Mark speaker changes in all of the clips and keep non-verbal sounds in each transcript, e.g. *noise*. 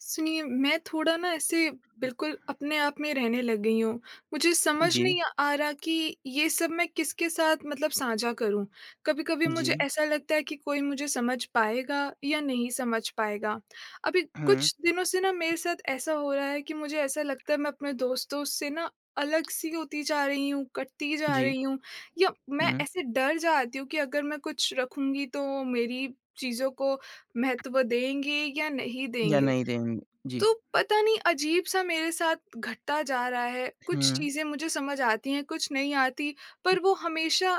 Speaker 1: सुनिए, मैं थोड़ा ना ऐसे बिल्कुल अपने आप में रहने लग गई हूँ। मुझे समझ
Speaker 2: जी,
Speaker 1: नहीं आ रहा कि ये सब मैं किसके साथ मतलब साझा करूँ। कभी-कभी
Speaker 2: जी।
Speaker 1: मुझे ऐसा लगता है कि कोई मुझे समझ पाएगा या नहीं समझ पाएगा। अभी
Speaker 2: हुँ,
Speaker 1: कुछ दिनों से ना मेरे साथ ऐसा हो रहा है कि मुझे ऐसा लगता है मैं अपने दोस्तों से ना अलग-सी होती जा रही हूँ, कटती जा
Speaker 2: जी,
Speaker 1: रही हूँ या मैं
Speaker 2: हुँ,
Speaker 1: ऐसे डर जाती हूँ कि अगर मैं कुछ रखूँगी तो मेरी चीज़ों को महत्व देंगे या नहीं
Speaker 2: या
Speaker 1: देंगे।
Speaker 2: नहीं देंगे। जी,
Speaker 1: तो पता नहीं अजीब-सा मेरे साथ घटता जा रहा है। कुछ
Speaker 2: हुँ,
Speaker 1: चीज़ें मुझे समझ आती हैं, कुछ नहीं आती, पर वो हमेशा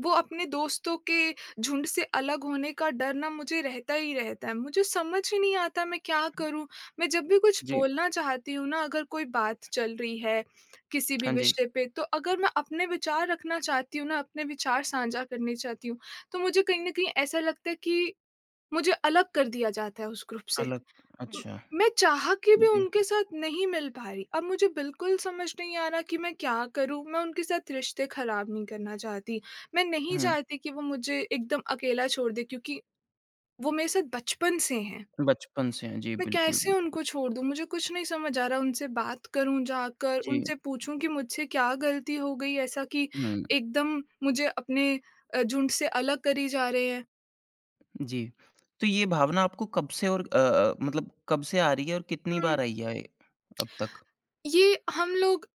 Speaker 1: वो अपने दोस्तों के झुंड से अलग होने का डर ना मुझे रहता ही रहता है। मुझे समझ ही नहीं आता मैं क्या करूँ? मैं जब भी कुछ
Speaker 2: जी,
Speaker 1: बोलना चाहती हूँ ना अगर कोई बात चल रही है किसी भी
Speaker 2: हाँ जी,
Speaker 1: विषय पे, तो अगर मैं अपने विचार रखना चाहती हूँ ना, अपने विचार साझा करने चाहती हूँ, तो मुझे कहीं न कहीं ऐसा लगता है कि मुझे अलग कर दिया जाता है उस ग्रुप से।
Speaker 2: अलग हुँ।
Speaker 1: म
Speaker 2: अच्छा,
Speaker 1: मैं चाह के भी
Speaker 2: जी,
Speaker 1: उनके साथ नहीं मिल पा रही। अब मुझे बिल्कुल समझ नहीं आ रहा कि मैं क्या करूँ? मैं उनके साथ रिश्ते ख़राब नहीं करना चाहती। मैं नहीं
Speaker 2: हुँ,
Speaker 1: चाहती कि वो मुझे एकदम अकेला छोड़ दें क्योंकि वो मेरे साथ बचपन से हैं।
Speaker 2: बचपन से हैं, जी,
Speaker 1: मैं
Speaker 2: बिल्कुल,
Speaker 1: कैसे
Speaker 2: बिल्कुल।
Speaker 1: उनको छोड़ दूँ? मुझे कुछ नहीं समझ आ रहा उनसे बात करूँ जाकर,
Speaker 2: जी,
Speaker 1: उनसे पूछूँ कि मुझसे क्या गलती हो गई ऐसा कि
Speaker 2: हुँ,
Speaker 1: एकदम मुझे अपने झुंड से अलग करी जा रहे हैं।
Speaker 2: जी। तो ये भावना आपको कब से और मतलब कब से आ रही है और कितनी
Speaker 1: हुँ,
Speaker 2: बार आई है अब तक?
Speaker 1: ये हम लोग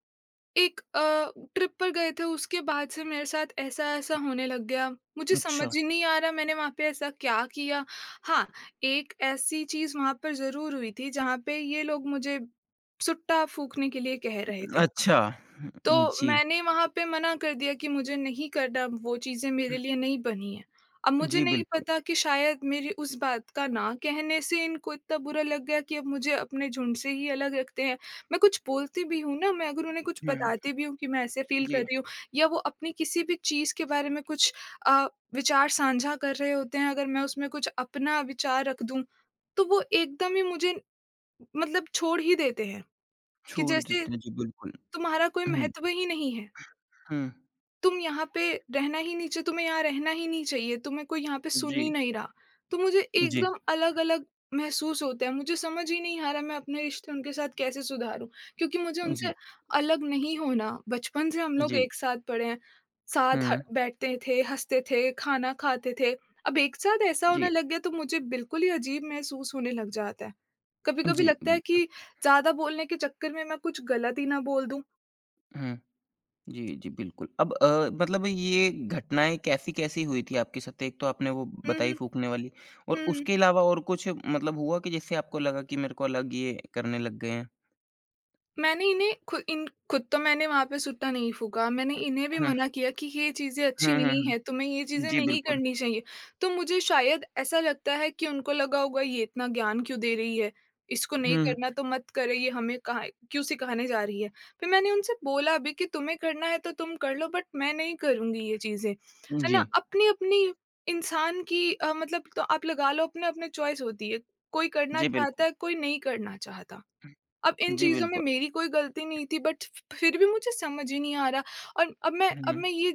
Speaker 1: एक ट्रिप पर गए थे उसके बाद से मेरे साथ ऐसा-ऐसा होने लग गया। मुझे समझ
Speaker 2: अच्छा,
Speaker 1: ही नहीं आ रहा मैंने वहाँ पे ऐसा क्या किया? हाँ, एक ऐसी चीज़ वहाँ पर ज़रूर हुई थी जहाँ पे ये लोग मुझे सुट्टा फूँकने के लिए कह रहे थे।
Speaker 2: अच्छा,
Speaker 1: तो
Speaker 2: हुँ, जी,
Speaker 1: मैंने वहाँ पे मना कर दिया कि मुझे नहीं करना वो चीज़ें मेरे लिए नहीं बनी हैं। अब मुझे
Speaker 2: जी,
Speaker 1: नहीं
Speaker 2: बिल्कुल,
Speaker 1: पता कि शायद मेरी उस बात का ना कहने से इनको इतना बुरा लग गया कि अब मुझे अपने झुंड से ही अलग रखते हैं। मैं कुछ बोलती भी हूँ ना, मैं अगर उन्हें कुछ
Speaker 2: हुँ,
Speaker 1: बताती भी हूँ कि मैं ऐसे फ़ील कर
Speaker 2: जी,
Speaker 1: रही हूँ या वो अपनी किसी भी चीज़ के बारे में कुछ अ, विचार साझा कर रहे होते हैं, अगर मैं उसमें कुछ अपना विचार रख दूँ, तो वो एकदम ही मुझे मतलब छोड़ ही देते हैं कि
Speaker 2: छोड़
Speaker 1: जैसे
Speaker 2: देते हैं, जी, बिल्कुल,
Speaker 1: तुम्हारा कोई
Speaker 2: हुँ,
Speaker 1: महत्व ही नहीं है।
Speaker 2: हुँ,
Speaker 1: तुम यहाँ पे तुम्हें यहाँ रहना ही नहीं चाहिए, तुम्हें कोई यहाँ पे सुन
Speaker 2: जी,
Speaker 1: ही नहीं रहा। तो मुझे
Speaker 2: जी,
Speaker 1: एकदम अलग-अलग महसूस होता है, मुझे समझ ही नहीं आ रहा मैं अपने रिश्ते उनके साथ कैसे सुधारूँ? क्योंकि मुझे
Speaker 2: जी,
Speaker 1: उनसे अलग नहीं होना, बचपन से हम लोग
Speaker 2: जी,
Speaker 1: एक साथ पढ़े हैं, साथ ह
Speaker 2: हुँ,
Speaker 1: बैठते थे, हँसते थे, खाना खाते थे। अब एक साथ ऐसा
Speaker 2: जी,
Speaker 1: होने लग गया तो मुझे बिल्कुल ही अजीब महसूस होने लग जाता है। कभी-कभी
Speaker 2: जी,
Speaker 1: लगता है
Speaker 2: बिल्कुल,
Speaker 1: कि ज़्यादा बोलने के चक्कर में मैं कुछ गलत ही ना बोल दूँ।
Speaker 2: हुँ। जी, जी, बिल्कुल। अब मतलब ये घटनाएँ कैसी-कैसी हुई थी आपके साथ? एक तो आपने वो
Speaker 1: हुँ,
Speaker 2: बताई
Speaker 1: हुँ।
Speaker 2: फूकने वाली और
Speaker 1: हुँ।
Speaker 2: उसके अलावा और कुछ मतलब हुआ कि जिससे आपको लगा कि मेरे को अलग ये करने लग गए हैं?
Speaker 1: मैंने इन्हें खु इन खुद तो मैंने वहाँ पे सुट्टा नहीं फूँका, मैंने
Speaker 2: अ,
Speaker 1: इन्हें भी
Speaker 2: हाँ।
Speaker 1: मना किया कि ये चीज़ें अच्छी
Speaker 2: हुँ, हुँ,
Speaker 1: नहीं हैं,
Speaker 2: हुँ।
Speaker 1: तुम्हें ये चीज़ें
Speaker 2: जी,
Speaker 1: नहीं
Speaker 2: बिल्कुल।
Speaker 1: करनी चाहिए। तो मुझे शायद ऐसा लगता है कि उनको लगा होगा ये इतना ज्ञान क्यों दे रही है, इसको
Speaker 2: हुँ,
Speaker 1: नहीं
Speaker 2: हुँ।
Speaker 1: करना तो मत करे, ये हमें कहाँ क्यों सिखाने जा रही है। फिर मैंने उनसे बोला भी कि तुम्हें करना है तो तुम कर लो बट मैं नहीं करूँगी ये चीज़ें, है
Speaker 2: जी।
Speaker 1: ना? अपनी-अपनी इंसान की मतलब तो आप लगा लो अपने-अपने चॉइस होती है, कोई करना
Speaker 2: जी, बिल्कुल।
Speaker 1: चाहता है, कोई नहीं करना चाहता। अब इन
Speaker 2: जी,
Speaker 1: चीज़ों में
Speaker 2: बिल्कुल।
Speaker 1: मेरी कोई गलती नहीं थी बट फ फिर भी मुझे समझ ही नहीं आ रहा और अब
Speaker 2: हुँ।
Speaker 1: मैं ये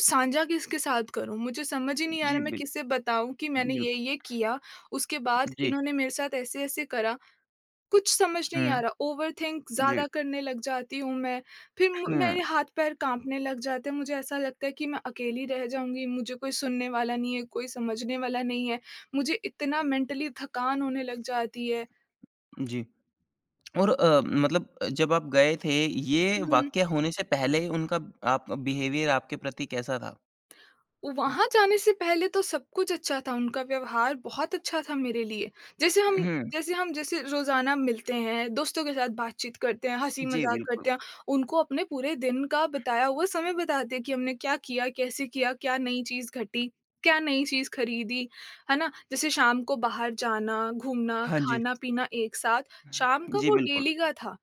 Speaker 1: साझा किसके साथ करूँ? मुझे समझ ही नहीं आ
Speaker 2: जी,
Speaker 1: रहा मैं किसे बताऊँ कि मैंने
Speaker 2: बिल्कुल।
Speaker 1: ये-ये किया, उसके बाद
Speaker 2: जी।
Speaker 1: इन्होंने मेरे साथ ऐसे-ऐसे करा। कुछ समझ नहीं
Speaker 2: हुँ।
Speaker 1: आ रहा, ओवरथिंक
Speaker 2: जी।
Speaker 1: ज़्यादा करने लग जाती हूँ मैं। फिर मु
Speaker 2: हुँ,
Speaker 1: मेरे हाथ-पैर काँपने लग जाते हैं, मुझे ऐसा लगता है कि मैं अकेली रह जाऊँगी, मुझे कोई सुनने वाला नहीं है, कोई समझने वाला नहीं है। मुझे इतना मेंटली थकान होने लग जाती है।
Speaker 2: जी। और मतलब जब आप गए थे, ये
Speaker 1: हुँ।
Speaker 2: वाक़या होने से पहले उनका आप बिहेवियर आपके प्रति कैसा था?
Speaker 1: वहाँ जाने से पहले तो सब कुछ अच्छा था, उनका व्यवहार बहुत अच्छा था मेरे लिए। जैसे हम
Speaker 2: हुँ।
Speaker 1: जैसे रोज़ाना मिलते हैं, दोस्तों के साथ बातचीत करते हैं,
Speaker 2: जी,
Speaker 1: हँसी-मज़ाक
Speaker 2: बिल्कुल।
Speaker 1: करते हैं, उनको अपने पूरे दिन का बिताया हुआ समय बताते हैं कि हमने क्या किया, कैसे किया, क्या नई चीज़ घटी, क्या नई चीज़ खरीदी, है ना? जैसे शाम को बाहर जाना, घूमना,
Speaker 2: हाँ जी।
Speaker 1: खाना-पीना एक साथ, शाम का
Speaker 2: जी,
Speaker 1: वो
Speaker 2: बिल्कुल।
Speaker 1: डेली का था।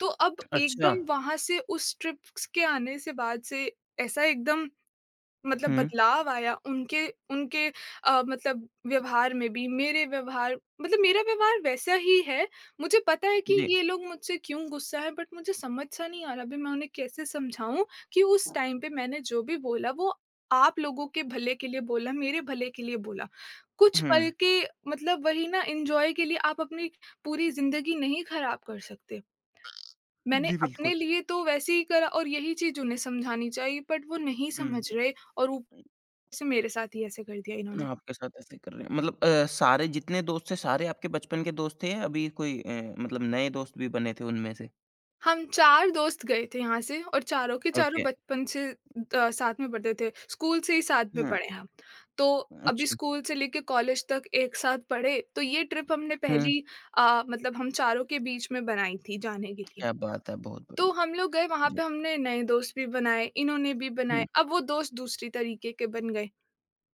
Speaker 1: तो अब
Speaker 2: अच्छा।
Speaker 1: एकदम वहाँ से उस ट्रिप्स के आने से बाद से ऐसा एकदम मतलब
Speaker 2: हुँ।
Speaker 1: बदलाव आया उनके उनके मतलब व्यवहार में भी, मेरे व्यवहार मतलब मेरा व्यवहार वैसा ही है। मुझे पता है कि
Speaker 2: जी।
Speaker 1: ये लोग मुझसे क्यों गुस्सा है बट मुझे समझ सा नहीं आ रहा अभी मैं उन्हें कैसे समझाऊँ कि उस टाइम पे मैंने जो भी बोला वो आप लोगों के भले के लिए बोला, मेरे भले के लिए बोला। कुछ
Speaker 2: हुँ।
Speaker 1: पल के मतलब वही ना एन्जॉय के लिए आप अपनी पूरी ज़िंदगी नहीं खराब कर सकते। मैंने
Speaker 2: जी, बिल्कुल।
Speaker 1: अपने लिए तो वैसे ही करा और यही चीज़ उन्हें समझानी चाहिए बट वो नहीं
Speaker 2: हुँ।
Speaker 1: समझ रहे और से मेरे साथ ही ऐसे कर दिया इन्होंने।
Speaker 2: आपके साथ ऐसे कर रहे हैं मतलब सारे जितने दोस्त थे सारे आपके बचपन के दोस्त थे या अभी कोई मतलब नए दोस्त भी बने थे उनमें से?
Speaker 1: हम 4 दोस्त गए थे यहाँ से और चारों के चारों
Speaker 2: ओके।
Speaker 1: बचपन से साथ में पढ़ते थे, स्कूल से ही साथ में
Speaker 2: हाँ।
Speaker 1: पढ़े हम। तो अभी
Speaker 2: अच्छा।
Speaker 1: स्कूल से लेके कॉलेज तक एक साथ पढ़े, तो ये ट्रिप हमने
Speaker 2: हुँ।
Speaker 1: पहली मतलब हम चारों के बीच में बनाई थी जाने के लिए।
Speaker 2: क्या बात है, बहुत
Speaker 1: तो
Speaker 2: बढ़िया।
Speaker 1: हम लोग गए वहाँ
Speaker 2: जी।
Speaker 1: पे हमने नए दोस्त भी बनाए, इन्होंने भी
Speaker 2: हुँ।
Speaker 1: बनाए, अब वो दोस्त दूसरी तरीके के बन गए।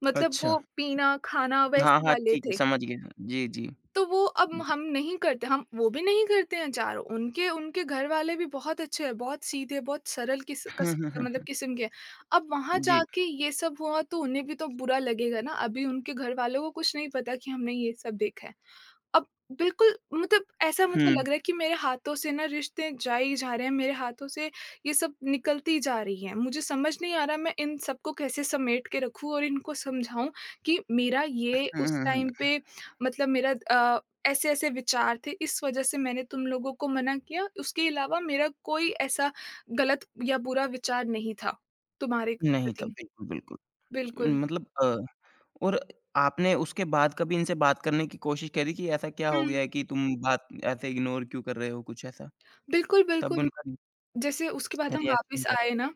Speaker 1: मतलब
Speaker 2: अच्छा।
Speaker 1: वो पीना-खाना
Speaker 2: हाँ,
Speaker 1: वैसे
Speaker 2: हाँ,
Speaker 1: वाले
Speaker 2: ठीक है,
Speaker 1: थे।
Speaker 2: समझ गया। जी, जी।
Speaker 1: तो वो अब
Speaker 2: जी।
Speaker 1: हम नहीं करते हम वो भी नहीं करते हैं चारों, उनके उनके घर वाले भी बहुत अच्छे हैं, बहुत सीधे, बहुत सरल किस
Speaker 2: हुँ,
Speaker 1: कस
Speaker 2: हुँ, हुँ,
Speaker 1: मतलब
Speaker 2: हुँ।
Speaker 1: किस्म के हैं। अब वहाँ
Speaker 2: जी।
Speaker 1: जाके ये सब हुआ तो उन्हें भी तो बुरा लगेगा ना, अभी उनके घर वालों को कुछ नहीं पता कि हमने ये सब देखा है। अब बिल्कुल मतलब ऐसा मुझे लग
Speaker 2: हुँ।
Speaker 1: रहा है कि मेरे हाथों से ना रिश्ते जा ही जा रहे हैं, मेरे हाथों से ये सब निकलती जा रही है। मुझे समझ नहीं आ रहा मैं इन सबको कैसे समेट के रखूँ और इनको समझाऊँ कि मेरा ये
Speaker 2: हुँ,
Speaker 1: उस
Speaker 2: हुँ,
Speaker 1: टाइम
Speaker 2: हुँ।
Speaker 1: पे मतलब मेरा ऐसे-ऐसे विचार थे, इस वज़ह से मैंने तुम लोगों को मना किया, उसके अलावा मेरा कोई ऐसा गलत या बुरा विचार नहीं था तुम्हारे
Speaker 2: नहीं था,
Speaker 1: प्रति।
Speaker 2: बिल्कुल, बिल्कुल।
Speaker 1: बिल्कुल।
Speaker 2: मतलब और आपने उसके बाद कभी इनसे बात करने की कोशिश करी कि ऐसा क्या हो
Speaker 1: हुँ।
Speaker 2: गया है कि तुम बात ऐसे इग्नोर क्यों कर रहे हो? कुछ ऐसा?
Speaker 1: बिल्कुल,
Speaker 2: तब
Speaker 1: बिल्कुल।
Speaker 2: उनका
Speaker 1: जैसे उसके बाद हम
Speaker 2: रिएक्शन
Speaker 1: वापस
Speaker 2: कैसा
Speaker 1: आए
Speaker 2: था?
Speaker 1: ना,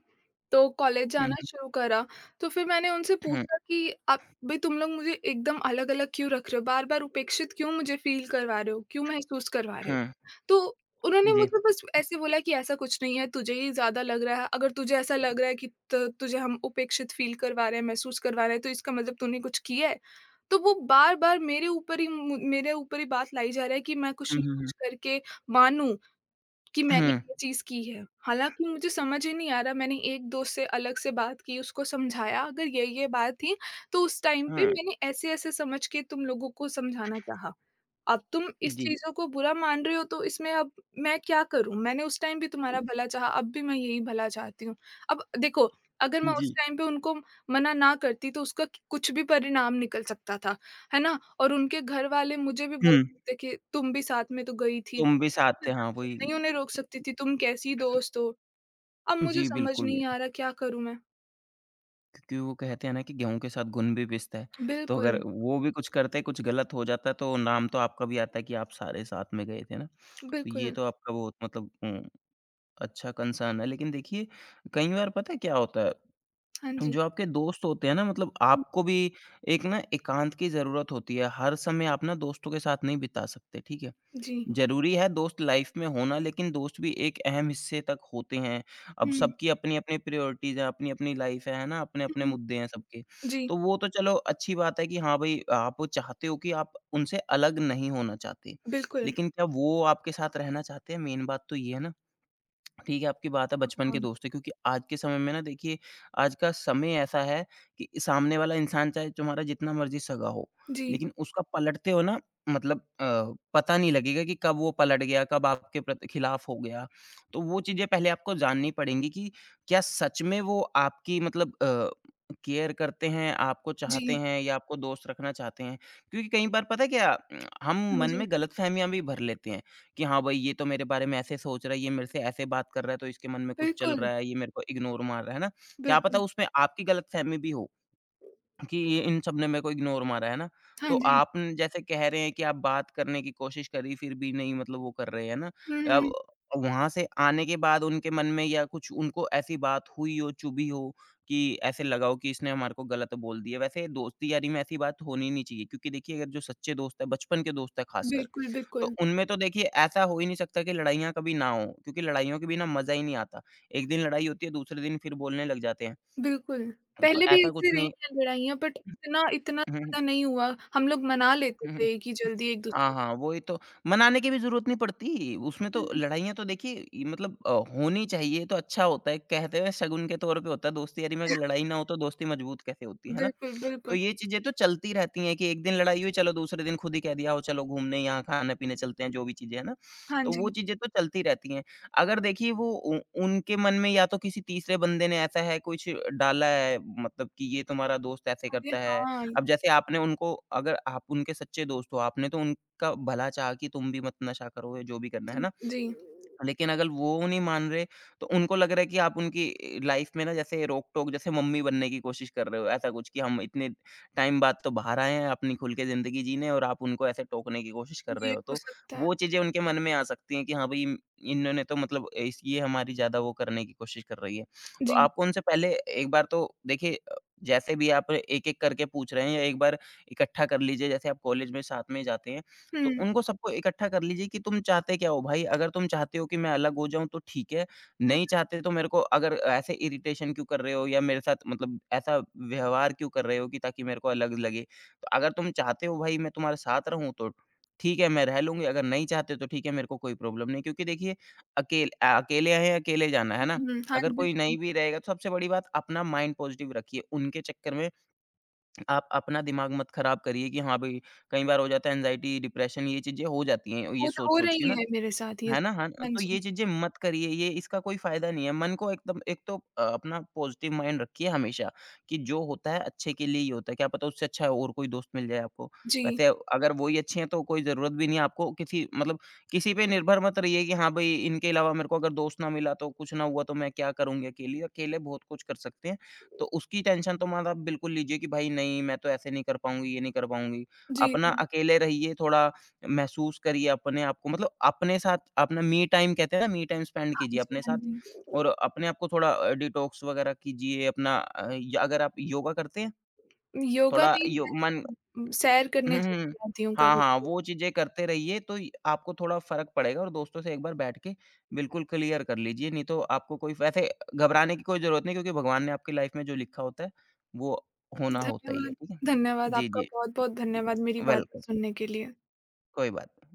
Speaker 1: तो कॉलेज
Speaker 2: हुँ,
Speaker 1: जाना
Speaker 2: हुँ।
Speaker 1: शुरू करा, तो फिर मैंने उनसे
Speaker 2: हुँ,
Speaker 1: पूछा कि आप भई तुम लोग मुझे एकदम अलग-अलग क्यों रख रहे हो? बार-बार उपेक्षित क्यों मुझे फ़ील करवा रहे हो? क्यों महसूस करवा रहे हो?
Speaker 2: हुँ।
Speaker 1: तो उन्होंने
Speaker 2: जी।
Speaker 1: मुझे बस ऐसे बोला कि ऐसा कुछ नहीं है, तुझे ही ज़्यादा लग रहा है, अगर तुझे ऐसा लग रहा है कि त तुझे हम उपेक्षित फ़ील करवा रहे हैं, महसूस करवा रहे हैं, तो इसका मतलब तूने कुछ किया है। तो वो बार-बार मेरे ऊपर ही बात लाई जा रहा है कि मैं कुछ
Speaker 2: हुँ,
Speaker 1: ना
Speaker 2: हुँ, हुँ।
Speaker 1: कुछ करके मानूँ कि मैंने
Speaker 2: हुँ,
Speaker 1: ये चीज़ की है। हालाँकि मुझे समझ ही नहीं आ रहा मैंने एक दोस्त से अलग से बात की, उसको समझाया अगर ये-ये बात थी, तो उस टाइम पे
Speaker 2: हुँ।
Speaker 1: मैंने ऐसे-ऐसे समझ के तुम लोगों को समझाना चाहा। अब तुम इस
Speaker 2: जी।
Speaker 1: चीज़ों को बुरा मान रहे हो तो इसमें अब मैं क्या करूँ? मैंने उस टाइम भी तुम्हारा भला चाहा, अब भी मैं यही भला चाहती हूँ। अब देखो, अगर मैं
Speaker 2: जी।
Speaker 1: उस टाइम पे उनको मना ना करती तो उसका क कुछ भी परिणाम निकल सकता था, है ना? और उनके घर वाले मुझे भी
Speaker 2: हुँ।
Speaker 1: बोलते थे कि तुम भी साथ में तो गई थी।
Speaker 2: तुम भी साथ थे, हाँ,
Speaker 1: तुम
Speaker 2: वही
Speaker 1: नहीं उन्हें रोक सकती थी, तुम कैसी दोस्त हो। अब मुझे
Speaker 2: जी,
Speaker 1: समझ
Speaker 2: बिल्कुल।
Speaker 1: नहीं आ रहा क्या करूँ मैं?
Speaker 2: क्योंकि वो कहते हैं ना कि गेहूँ के साथ घुन भी पिसता है, तो अगर
Speaker 1: बिल्कुल,
Speaker 2: वो भी कुछ करते, कुछ गलत हो जाता, तो नाम तो आपका भी आता है कि आप सारे साथ में गए थे ना। तो ये
Speaker 1: बिल्कुल।
Speaker 2: तो आपका बहुत मतलब अच्छा कंसर्न है, लेकिन देखिए कई बार पता है क्या होता है?
Speaker 1: हाँ जी।
Speaker 2: जो आपके दोस्त होते हैं ना मतलब
Speaker 1: हुँ,
Speaker 2: आपको भी एक ना एकांत की ज़रूरत होती है, हर समय आप ना दोस्तों के साथ नहीं बिता सकते, ठीक है?
Speaker 1: जी।
Speaker 2: ज़रूरी है दोस्त लाइफ़ में होना लेकिन दोस्त भी एक अहम हिस्से तक होते हैं। अब
Speaker 1: हुँ,
Speaker 2: सबकी अपनी-अपनी प्रायोरिटीज़ हैं, अपनी-अपनी लाइफ़ है ना? अपने-अपने
Speaker 1: हुँ।
Speaker 2: मुद्दे हैं सबके।
Speaker 1: जी,
Speaker 2: तो वो तो चलो अच्छी बात है कि हाँ भाई आप चाहते हो कि आप उनसे अलग नहीं होना चाहते,
Speaker 1: बिल्कुल।
Speaker 2: लेकिन क्या वो आपके साथ रहना चाहते हैं? मेन बात तो ये है ना। ठीक है, आपकी बात है बचपन के
Speaker 1: हाँ।
Speaker 2: दोस्त है क्योंकि आज के समय में ना देखिए, आज का समय ऐसा है कि सामने वाला इंसान चाहे तुम्हारा जितना मर्ज़ी सगा हो,
Speaker 1: जी,
Speaker 2: लेकिन उसका पलटते हो ना मतलब पता नहीं लगेगा कि कब वो पलट गया, कब आपके प्रति खिलाफ हो गया। तो वो चीज़ें पहले आपको जाननी पड़ेंगी कि क्या सच में वो आपकी मतलब केयर करते हैं, आपको चाहते
Speaker 1: जी।
Speaker 2: हैं या आपको दोस्त रखना चाहते हैं? क्योंकि कई बार पता है क्या? हम
Speaker 1: हाँ
Speaker 2: मन
Speaker 1: जी।
Speaker 2: में गलतफ़हमियाँ भी भर लेते हैं कि हाँ भाई, ये तो मेरे बारे में ऐसे सोच रहा है, ये मेरे से ऐसे बात कर रहा है, तो इसके मन में कुछ चल
Speaker 1: बिल्कुल,
Speaker 2: रहा है, ये मेरे को इग्नोर मार रहा है। है ना? क्या पता
Speaker 1: बिल्कुल।
Speaker 2: उसमें आपकी गलतफ़हमी भी हो कि ये इन सब ने मेरे को इग्नोर मारा है ना?
Speaker 1: हाँ
Speaker 2: तो
Speaker 1: जी।
Speaker 2: आप न जैसे कह रहे हैं कि आप बात करने की कोशिश करी, फिर भी नहीं मतलब वो कर रहे हैं ना।
Speaker 1: हुँ, हुँ।
Speaker 2: अब वहाँ से आने के बाद उनके मन में या कुछ उनको ऐसी बात हुई हो, चुभी हो कि ऐसे लगा हो कि इसने हमारे को गलत बोल दिया। वैसे दोस्ती यारी में ऐसी बात होनी नहीं चाहिए क्योंकि देखिए अगर जो सच्चे दोस्त हैं, बचपन के दोस्त हैं ख़ासकर
Speaker 1: बिल्कुल,
Speaker 2: तो
Speaker 1: बिल्कुल,
Speaker 2: उनमें तो देखिए ऐसा हो ही नहीं सकता कि लड़ाइयाँ कभी ना हो, क्योंकि लड़ाइयों के बिना मज़ा ही नहीं आता। एक दिन लड़ाई होती है, दूसरे दिन फिर बोलने लग जाते हैं।
Speaker 1: बिल्कुल।
Speaker 2: तो
Speaker 1: पहले भी
Speaker 2: ऐसा कुछ
Speaker 1: ऐसी रही
Speaker 2: नहीं
Speaker 1: हैं लड़ाइयाँ बट
Speaker 2: *laughs*
Speaker 1: इतना इतना
Speaker 2: हुँ,
Speaker 1: ज़्यादा नहीं हुआ। हम लोग मना लेते
Speaker 2: हुँ, हुँ।
Speaker 1: थे कि जल्दी
Speaker 2: हाँ,
Speaker 1: एक-दूसरे
Speaker 2: हाँ, वही तो। मनाने की भी ज़रूरत नहीं पड़ती, उसमें तो
Speaker 1: हुँ,
Speaker 2: लड़ाइयाँ तो देखिए ये मतलब होनी चाहिए, ये तो अच्छा होता है। कहते हैं शगुन के तौर पे होता है, दोस्ती यारी में अगर लड़ाई ना हो तो दोस्ती मजबूत कैसे होती है ना?
Speaker 1: बिल्कुल,
Speaker 2: तो
Speaker 1: बिल्कुल।
Speaker 2: ये चीज़ें तो चलती रहती हैं कि एक दिन लड़ाई हुई, चलो दूसरे दिन खुद ही कह दिया हो, चलो घूमने यहाँ खाने-पीने चलते हैं, जो भी चीज़ें हैं ना।
Speaker 1: हाँ
Speaker 2: तो वो
Speaker 1: जी।
Speaker 2: चीज़ें तो चलती रहती हैं। अगर देखिए वो उ उनके मन में या तो किसी तीसरे बंदे ने ऐसा है कुछ डाला है मतलब कि ये तुम्हारा दोस्त ऐसे
Speaker 1: अरे!
Speaker 2: करता है।
Speaker 1: हाँ।
Speaker 2: अब जैसे आपने उनको अगर आप उनके सच्चे दोस्त हो, आपने तो उनका भला चाहा कि तुम भी मत नशा करो या जो भी करना है
Speaker 1: जी,
Speaker 2: ना?
Speaker 1: जी।
Speaker 2: लेकिन अगर वो नहीं मान रहे, तो उनको लग रहा है कि आप उनकी लाइफ़ में ना जैसे रोक-टोक जैसे मम्मी बनने की कोशिश कर रहे हो, ऐसा कुछ कि हम इतने टाइम बाद तो बाहर आए हैं अपनी खुल के ज़िंदगी जीने और आप उनको ऐसे टोकने की कोशिश कर रहे
Speaker 1: ये
Speaker 2: हो।
Speaker 1: हो
Speaker 2: तो
Speaker 1: सकता है।
Speaker 2: वो चीज़ें उनके मन में आ सकती हैं कि हाँ, भई इन्होंने तो मतलब इस ये हमारी ज़्यादा वो करने की कोशिश कर रही है। तो
Speaker 1: जी।
Speaker 2: आपको उनसे पहले एक बार तो देखिए जैसे भी आप एक-एक करके पूछ रहे हैं या एक बार इकट्ठा कर लीजिए, जैसे आप कॉलेज में साथ में जाते हैं तो
Speaker 1: हुँ।
Speaker 2: उनको सबको इकट्ठा कर लीजिए कि तुम चाहते क्या हो भाई? अगर तुम चाहते हो कि मैं अलग हो जाऊँ तो ठीक है,
Speaker 1: हुँ,
Speaker 2: नहीं चाहते तो मेरे को अगर ऐसे इरिटेशन क्यों कर रहे हो या मेरे साथ मतलब ऐसा व्यवहार क्यों कर रहे हो कि ताकि मेरे को अलग लगे? तो अगर तुम चाहते हो भाई मैं तुम्हारे साथ रहूँ तो ठीक है मैं रह लूँगी, अगर नहीं चाहते तो ठीक है मेरे को कोई प्रॉब्लम नहीं क्योंकि देखिए अकेले आए हैं, अकेले जाना है ना?
Speaker 1: हुँ, हुँ। हाँ,
Speaker 2: अगर कोई नहीं
Speaker 1: बिल्कुल।
Speaker 2: भी रहेगा तो सबसे बड़ी बात अपना माइंड पॉजिटिव रखिए, उनके चक्कर में आप अपना दिमाग मत खराब करिए कि हाँ भाई, कई बार हो जाता है एंग्ज़ायटी, डिप्रेशन ये चीज़ें हो जाती हैं, ये
Speaker 1: वो तो हो
Speaker 2: सोच-सोच के
Speaker 1: रही
Speaker 2: ना
Speaker 1: है मेरे साथ ये
Speaker 2: है ना? हाँ, ना,
Speaker 1: हाँ
Speaker 2: तो ये
Speaker 1: जी।
Speaker 2: चीज़ें मत करिए, ये इसका कोई फ़ायदा नहीं है। मन को एकदम एक तो अपना पॉज़िटिव माइंड रखिए हमेशा कि जो होता है अच्छे के लिए ही होता है। क्या पता उससे अच्छा और कोई दोस्त मिल जाए आपको।
Speaker 1: जी।
Speaker 2: वैसे अगर वो ही अच्छे हैं तो कोई ज़रूरत भी नहीं है आपको किसी मतलब किसी पे निर्भर मत रहिए कि हाँ भई, इनके अलावा मेरे को अगर दोस्त ना मिला तो कुछ ना हुआ तो मैं क्या करूँगी अकेली? अकेले बहुत कुछ कर सकते हैं। तो उसकी टेंशन तो मत आप बिल्कुल लीजिए कि भाई नहीं मैं तो ऐसे नहीं कर पाऊँगी, ये नहीं कर पाऊँगी।
Speaker 1: जी,
Speaker 2: अपना
Speaker 1: जी।
Speaker 2: अकेले रहिए थोड़ा महसूस करिए अपने आप को मतलब अपने साथ अपना मी टाइम कहते हैं ना मी टाइम स्पेंड
Speaker 1: हाँ
Speaker 2: कीजिए
Speaker 1: जी,
Speaker 2: अपने
Speaker 1: हाँ
Speaker 2: साथ
Speaker 1: जी।
Speaker 2: और अपने आप को थोड़ा डिटॉक्स वगैरह कीजिए अपना अ, य अगर आप योगा करते हैं
Speaker 1: योगा
Speaker 2: थोड़ा
Speaker 1: नहीं
Speaker 2: यो
Speaker 1: ऐसे
Speaker 2: मन
Speaker 1: ही सैर
Speaker 2: हुँ,
Speaker 1: करने चली
Speaker 2: हुँ।
Speaker 1: जाती हूँ
Speaker 2: हाँ, हाँ,
Speaker 1: कभी-कभी।
Speaker 2: वो चीज़ें करते रहिए तो य आपको थोड़ा फ़र्क पड़ेगा और दोस्तों से एक बार बैठ के बिल्कुल क्लियर कर लीजिए, नहीं तो आपको कोई वैसे घबराने की कोई ज़रूरत नहीं क्योंकि भगवान ने आपकी लाइफ़ में जो लिखा होता है, वो होना होता ही है,
Speaker 1: धन्यवाद
Speaker 2: ठीक है?
Speaker 1: धन्यवाद
Speaker 2: जी,
Speaker 1: आपका
Speaker 2: जी,
Speaker 1: बहुत-बहुत
Speaker 2: जी।
Speaker 1: धन्यवाद मेरी बातें
Speaker 2: वेलकम,
Speaker 1: सुनने के लिए।
Speaker 2: कोई बात नहीं।